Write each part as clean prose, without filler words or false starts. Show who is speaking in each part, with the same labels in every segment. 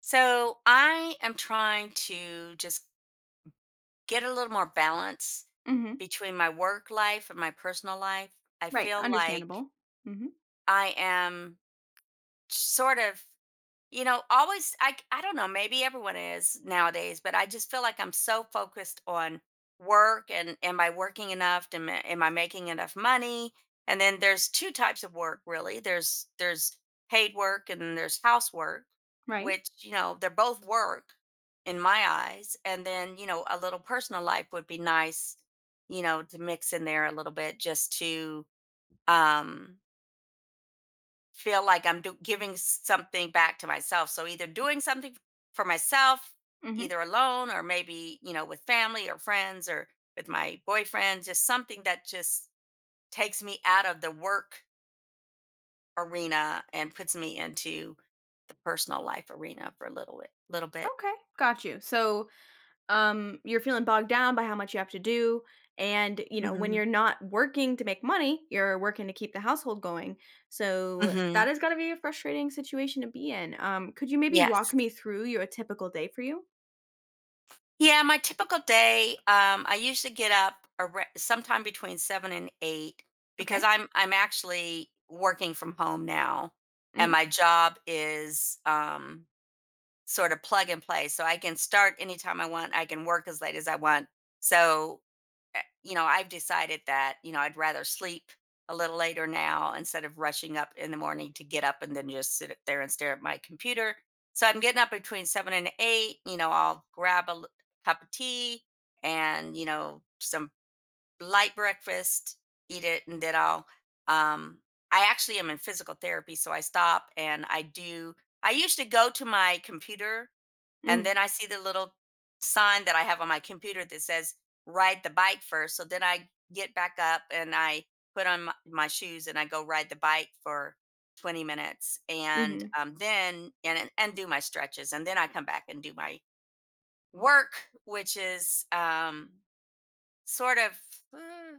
Speaker 1: So I am trying to just get a little more balance
Speaker 2: Mhm.
Speaker 1: between my work life and my personal life. I
Speaker 2: Right,
Speaker 1: feel like
Speaker 2: understandable. Mhm.
Speaker 1: I am sort of. Always I don't know, maybe everyone is nowadays, but I just feel like I'm so focused on work and am I working enough? Am I making enough money? And then there's two types of work really. There's paid work and then there's housework,
Speaker 2: Right.
Speaker 1: which, you know, they're both work in my eyes. And then, a little personal life would be nice, to mix in there a little bit just to um feel like I'm giving something back to myself. So either doing something for myself,
Speaker 2: Mhm.
Speaker 1: either alone or maybe, you know, with family or friends or with my boyfriend, just something that just takes me out of the work arena and puts me into the personal life arena for a little bit, little bit.
Speaker 2: Okay, got you. So, you're feeling bogged down by how much you have to do, and, you know, when
Speaker 1: Mm-hmm.
Speaker 2: you're not working to make money, you're working to keep the household going. So,
Speaker 1: Mm-hmm.
Speaker 2: that has is gotta be a frustrating situation to be in. Could you maybe walk
Speaker 1: Yes.
Speaker 2: me through your a typical day for you?
Speaker 1: Yeah, my typical day, I usually get up sometime between 7 and 8 because
Speaker 2: Okay.
Speaker 1: I'm actually working from home now, and
Speaker 2: Mhm.
Speaker 1: my job is sort of plug and play, so I can start anytime I want. I can work as late as I want. So you know, I've decided that, you know, I'd rather sleep a little later now instead of rushing up in the morning to get up and then just sit there and stare at my computer. So I'm getting up between 7 and 8. You know, I'll grab a cup of tea and, you know, some light breakfast, eat it, and then I'll, um, I actually am in physical therapy. So I stop and I do, I usually go to my computer and
Speaker 2: Mhm.
Speaker 1: then I see the little sign that I have on my computer that says ride the bike first. So then I get back up and I put on my shoes and I go ride the bike for 20 minutes and
Speaker 2: Mhm.
Speaker 1: then and do my stretches and then I come back and do my work, which is sort of uh,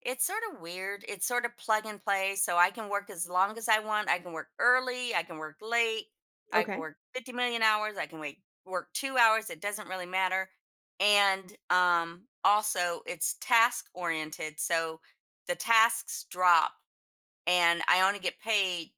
Speaker 1: it's sort of weird. It's sort of plug and play. So I can work as long as I want. I can work early. I can work late. I can
Speaker 2: Okay.
Speaker 1: work 50 million hours. Work 2 hours. It doesn't really matter. And also, it's task oriented. So the tasks drop, and I only get paid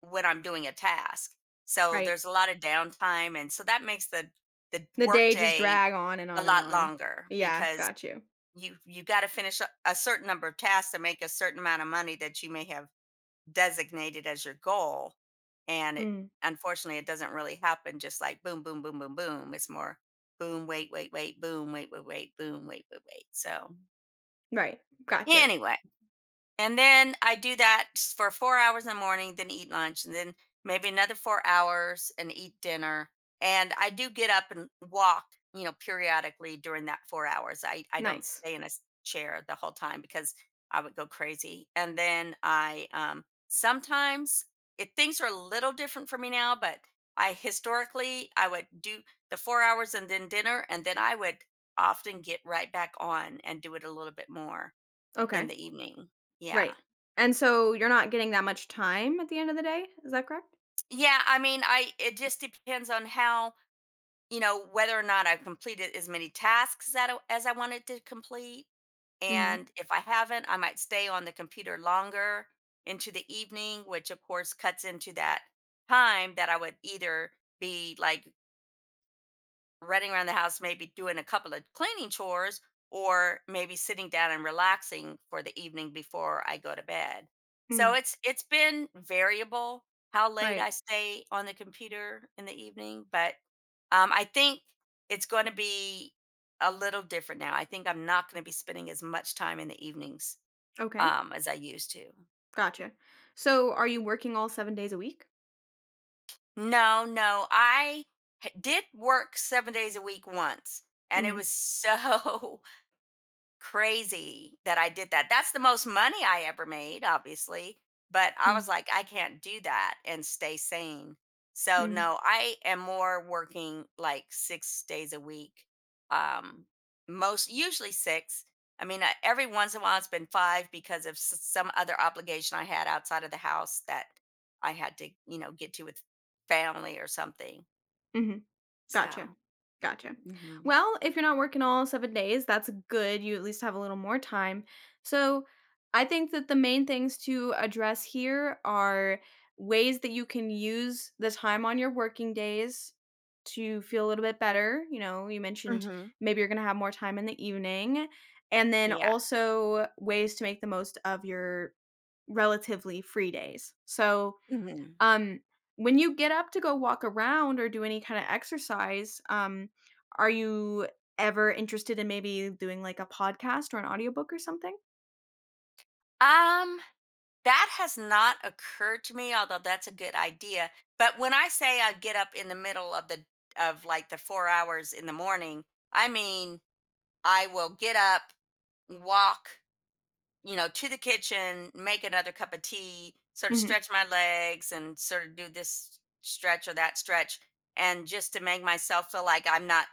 Speaker 1: when I'm doing a task. So
Speaker 2: Right.
Speaker 1: there's a lot of downtime. And so that makes the
Speaker 2: The day just
Speaker 1: workday
Speaker 2: drag on and
Speaker 1: a
Speaker 2: on and
Speaker 1: lot
Speaker 2: on.
Speaker 1: longer
Speaker 2: Yeah,
Speaker 1: because
Speaker 2: got you.
Speaker 1: you got to finish a certain number of tasks to make a certain amount of money that you may have designated as your goal and it
Speaker 2: Mm.
Speaker 1: unfortunately it doesn't really happen just like boom boom boom boom boom. It's more boom wait wait wait boom wait wait wait boom wait wait wait. So
Speaker 2: Right. Got you.
Speaker 1: anyway, and then I do that for 4 hours in the morning, then eat lunch, and then maybe another 4 hours and eat dinner. And I do get up and walk, you know, periodically during that 4 hours. I don't
Speaker 2: Nice.
Speaker 1: stay in a chair the whole time because I would go crazy. And then I sometimes things are a little different for me now, but I historically I would do the 4 hours and then dinner, and then I would often get right back on and do it a little bit more in
Speaker 2: Okay.
Speaker 1: the evening. Yeah.
Speaker 2: Right. And so you're not getting that much time at the end of the day, is that correct?
Speaker 1: Yeah, I mean, I it just depends on how, you know, whether or not I've completed as many tasks that as I wanted to complete.
Speaker 2: Mhm.
Speaker 1: And if I haven't, I might stay on the computer longer into the evening, which of course cuts into that time that I would either be like running around the house, maybe doing a couple of cleaning chores, or maybe sitting down and relaxing for the evening before I go to bed. So
Speaker 2: Mm.
Speaker 1: it's been variable how late
Speaker 2: Right.
Speaker 1: I stay on the computer in the evening, but I think it's going to be a little different now. I think I'm not going to be spending as much time in the evenings
Speaker 2: Okay.
Speaker 1: as I used to.
Speaker 2: Gotcha. So are you working all 7 days a week?
Speaker 1: No, no, I did work 7 days a week once, and it
Speaker 2: Mhm.
Speaker 1: was so crazy that I did that. That's the most money I ever made, obviously, but I was
Speaker 2: Mm.
Speaker 1: like, I can't do that and stay sane. So
Speaker 2: Mm.
Speaker 1: no, I am more working like 6 days a week. Um, most usually 6. I mean, every once in a while it's been 5 because of some other obligation I had outside of the house that I had to, you know, get to with family or something.
Speaker 2: Mhm.
Speaker 1: So,
Speaker 2: Gotcha. Gotcha.
Speaker 1: mhm.
Speaker 2: Well, if you're not working all 7 days, that's good, you at least have a little more time. So, I think that the main things to address here are ways that you can use the time on your working days to feel a little bit better, you know, you mentioned
Speaker 1: Mhm.
Speaker 2: maybe you're gonna have more time in the evening, and then
Speaker 1: Yeah.
Speaker 2: also ways to make the most of your relatively free days. So,
Speaker 1: Hmm.
Speaker 2: um, when you get up to go walk around or do any kind of exercise, are you ever interested in maybe doing like a podcast or an audiobook or something?
Speaker 1: Um That has not occurred to me, although that's a good idea. But when I say I get up in the middle of the of like the 4 hours in the morning, I mean, I will get up, walk, you know, to the kitchen, make another cup of tea, sort of
Speaker 2: Mhm.
Speaker 1: stretch my legs and sort of do this stretch or that stretch and just to make myself feel like I'm not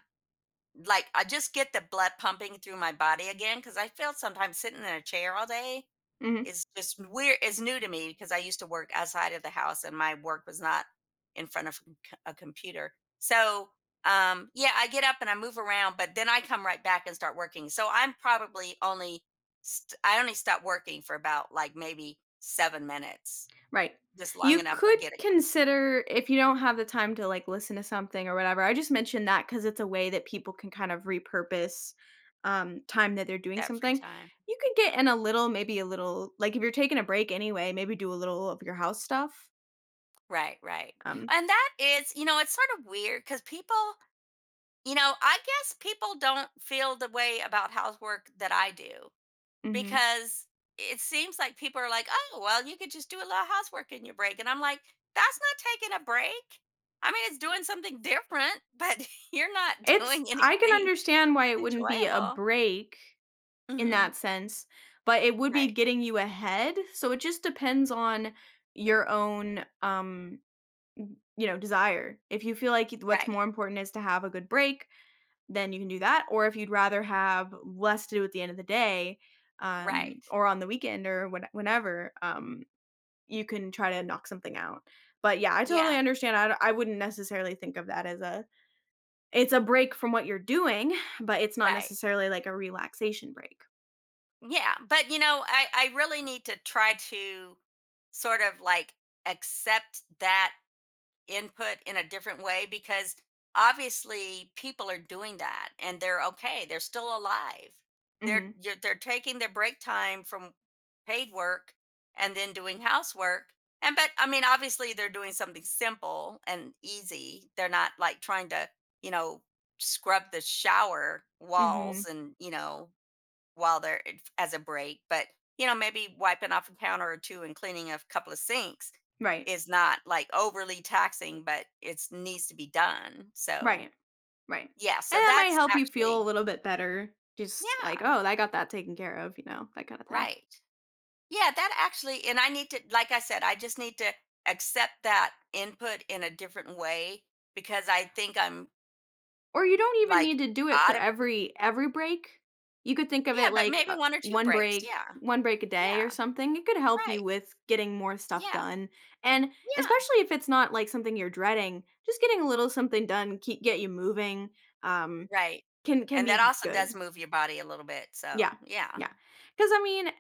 Speaker 1: like I just get the blood pumping through my body again cuz I feel sometimes sitting in a chair all day
Speaker 2: Mhm.
Speaker 1: it's just weird it's new to me because I used to work outside of the house and my work was not in front of a computer. So, yeah, I get up and I move around, but then I come right back and start working. So, I'm probably only I only stopped working for about like maybe 7 minutes.
Speaker 2: Right.
Speaker 1: Just long
Speaker 2: You
Speaker 1: enough to
Speaker 2: could
Speaker 1: get a cup of tea
Speaker 2: consider if you don't have the time to like listen to something or whatever. I just mentioned that because it's a way that people can kind of repurpose time that they're doing
Speaker 1: that free
Speaker 2: something.
Speaker 1: time.
Speaker 2: You could get in a little, maybe a little, like if you're taking a break anyway, maybe do a little of your house stuff.
Speaker 1: Right, right.
Speaker 2: Um,
Speaker 1: And that is, you know, it's sort of weird because people, you know, I guess people don't feel the way about housework that I do,
Speaker 2: mhm.
Speaker 1: because it seems like people are like, oh, well, you could just do a little housework in your break. And I'm like, that's not taking a break. I mean, it's doing something different, but you're not
Speaker 2: It's,
Speaker 1: doing
Speaker 2: I can
Speaker 1: anything
Speaker 2: understand why it wouldn't be a
Speaker 1: enjoyable.
Speaker 2: break in that
Speaker 1: Hmm.
Speaker 2: sense, but it would be
Speaker 1: Right,
Speaker 2: getting you ahead. So it just depends on your own you know desire, if you feel like what's
Speaker 1: right,
Speaker 2: more important is to have a good break, then you can do that, or if you'd rather have less to do at the end of the day,
Speaker 1: right.
Speaker 2: or on the weekend, or when, whenever, you can try to knock something out, but yeah, I totally
Speaker 1: Yeah,
Speaker 2: understand. I wouldn't necessarily think of that as a it's a break from what you're doing, but it's not
Speaker 1: right.
Speaker 2: necessarily like a relaxation break.
Speaker 1: Yeah. But, you know, I really need to try to sort of like accept that input in a different way because obviously people are doing that and they're okay, they're still alive,
Speaker 2: Hmm.
Speaker 1: they're taking their break time from paid work and then doing housework, and but I mean obviously they're doing something simple and easy, they're not like trying to, you know, scrub the shower
Speaker 2: Hmm.
Speaker 1: walls and, you know, while as a break, but you know, maybe wiping off a counter or two and cleaning a couple of sinks
Speaker 2: Right.
Speaker 1: is not like overly taxing, but it needs to be done. So,
Speaker 2: Right, right,
Speaker 1: yeah,
Speaker 2: and
Speaker 1: so
Speaker 2: that might
Speaker 1: that's
Speaker 2: help you feel a
Speaker 1: actually,
Speaker 2: little bit better, just like,
Speaker 1: yeah,
Speaker 2: oh, I got that taken care of, you know, that kind of thing.
Speaker 1: right. Yeah, that actually, and I need to, like I said, I just need to accept that input in a different way because I think I'm
Speaker 2: Or you don't even
Speaker 1: like,
Speaker 2: need to do it for
Speaker 1: autom-
Speaker 2: every break. You could think of
Speaker 1: yeah,
Speaker 2: it
Speaker 1: but
Speaker 2: like,
Speaker 1: maybe one or two
Speaker 2: 1
Speaker 1: breaks.
Speaker 2: break
Speaker 1: Yeah,
Speaker 2: 1 break a day
Speaker 1: yeah,
Speaker 2: or something. It could help
Speaker 1: right.
Speaker 2: you with getting more stuff
Speaker 1: Yeah,
Speaker 2: done, and
Speaker 1: yeah.
Speaker 2: especially if it's not, like, something you're dreading, just getting a little something done, keep get you moving, um,
Speaker 1: Right.
Speaker 2: can
Speaker 1: And that
Speaker 2: be
Speaker 1: also
Speaker 2: good.
Speaker 1: does move your body a little bit, so
Speaker 2: Yeah.
Speaker 1: yeah.
Speaker 2: Yeah, because I mean,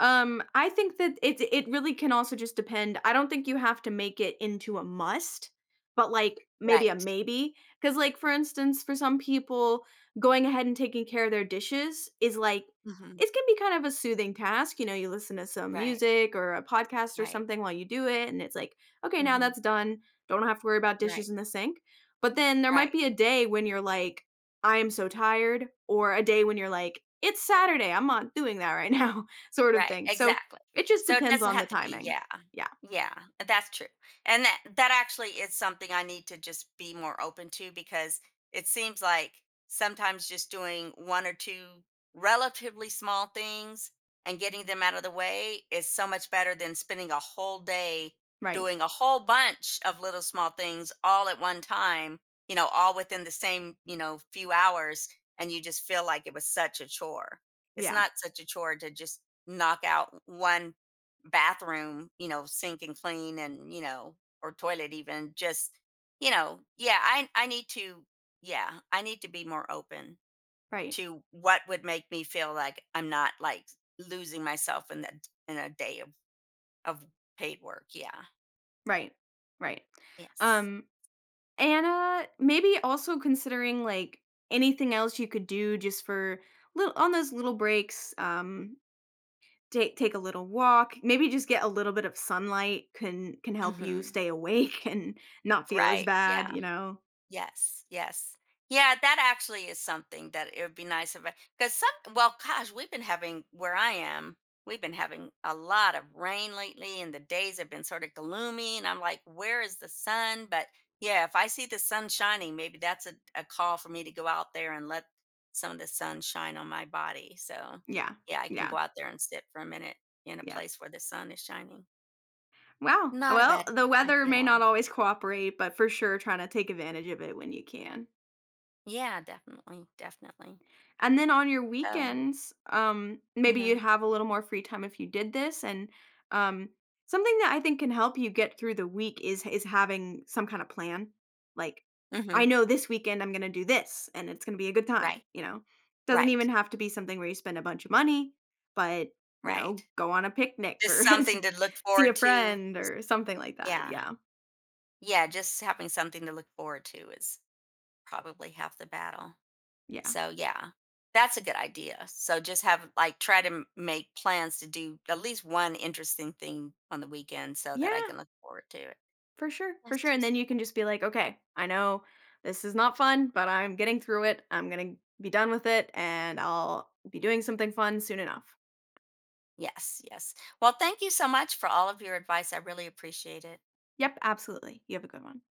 Speaker 2: I think that it really can also just depend. I don't think you have to make it into a must, but, like, maybe a
Speaker 1: Right.
Speaker 2: maybe. Because like, for instance, for some people, going ahead and taking care of their dishes is, like,
Speaker 1: Mhm.
Speaker 2: it can be kind of a soothing task, you know, you listen to some
Speaker 1: Right,
Speaker 2: music or a podcast or
Speaker 1: right.
Speaker 2: something while you do it, and it's like, "Okay, now
Speaker 1: Mhm.
Speaker 2: that's done, don't have to worry about dishes
Speaker 1: Right,
Speaker 2: in the sink." But then there might
Speaker 1: right.
Speaker 2: be a day when you're like, I am so tired, or a day when you're like, it's Saturday, I'm not doing that right now, sort of
Speaker 1: Right,
Speaker 2: thing. So
Speaker 1: exactly.
Speaker 2: it just
Speaker 1: So it
Speaker 2: depends
Speaker 1: doesn't
Speaker 2: on the
Speaker 1: have to be,
Speaker 2: timing.
Speaker 1: yeah.
Speaker 2: Yeah,
Speaker 1: Yeah, that's true. And that actually is something I need to just be more open to because it seems like sometimes just doing one or two relatively small things and getting them out of the way is so much better than spending a whole day
Speaker 2: right.
Speaker 1: doing a whole bunch of little small things all at one time, you know, all within the same, you know, few hours and you just feel like it was such a chore. It's
Speaker 2: Yeah,
Speaker 1: not such a chore to just knock out one bathroom, you know, sink and clean and, you know, or toilet even just, you know, yeah, I need to yeah, I need to be more open
Speaker 2: right,
Speaker 1: to what would make me feel like I'm not like losing myself in the in a day of of paid work. Yeah.
Speaker 2: right, right.
Speaker 1: Yes.
Speaker 2: Um, Anna, maybe also considering like anything else you could do just for little on those little breaks. Take a little walk. Maybe just get a little bit of sunlight can help you
Speaker 1: Mhm.
Speaker 2: stay awake and not feel as
Speaker 1: Right.
Speaker 2: bad.
Speaker 1: Yeah.
Speaker 2: You know.
Speaker 1: Yes, yes. Yeah, that actually is something that it would be nice if because some well, gosh, we've been having where I am, we've been having a lot of rain lately and the days have been sort of gloomy and I'm like, where is the sun? But yeah, if I see the sun shining, maybe that's a call for me to go out there and let some of the sun shine on my body. So
Speaker 2: Yeah.
Speaker 1: yeah, I can
Speaker 2: Yeah.
Speaker 1: go out there and sit for a minute in a
Speaker 2: Yeah.
Speaker 1: place where the sun is shining.
Speaker 2: Wow.
Speaker 1: Not a
Speaker 2: Well,
Speaker 1: bad
Speaker 2: the weather
Speaker 1: idea at
Speaker 2: may not
Speaker 1: all.
Speaker 2: always cooperate, but for sure trying to take advantage of it when you can.
Speaker 1: Yeah, definitely, definitely.
Speaker 2: And then on your
Speaker 1: Oh.
Speaker 2: weekends, maybe you'd have a little more free time if you did this. And um, something that I think can help you get through the week is having some kind of plan. Like, I
Speaker 1: Mhm.
Speaker 2: know this weekend I'm going to do this, and it's going to be a good time.
Speaker 1: Right.
Speaker 2: You know, doesn't even
Speaker 1: Right.
Speaker 2: have to be something where you spend a bunch of money, but you
Speaker 1: Right.
Speaker 2: know, go on a picnic
Speaker 1: Just
Speaker 2: or
Speaker 1: something to look
Speaker 2: see a
Speaker 1: forward to.
Speaker 2: friend
Speaker 1: Just
Speaker 2: or something like that.
Speaker 1: yeah.
Speaker 2: Yeah,
Speaker 1: Yeah, just having something to look forward to is probably half the battle.
Speaker 2: yeah.
Speaker 1: So, yeah. That's a good idea. So just have like try to make plans to do at least one interesting thing on the weekend so that I
Speaker 2: Yeah,
Speaker 1: can look forward to it.
Speaker 2: for sure, for
Speaker 1: That's
Speaker 2: sure, and
Speaker 1: just
Speaker 2: then you can
Speaker 1: that's-
Speaker 2: just be like, "Okay, I know this is not fun, but I'm getting through it. I'm gonna be done with it, and I'll be doing something fun soon enough."
Speaker 1: Yes, yes. Well, thank you so much for all of your advice. I really appreciate it.
Speaker 2: Yep, absolutely. You have a good one.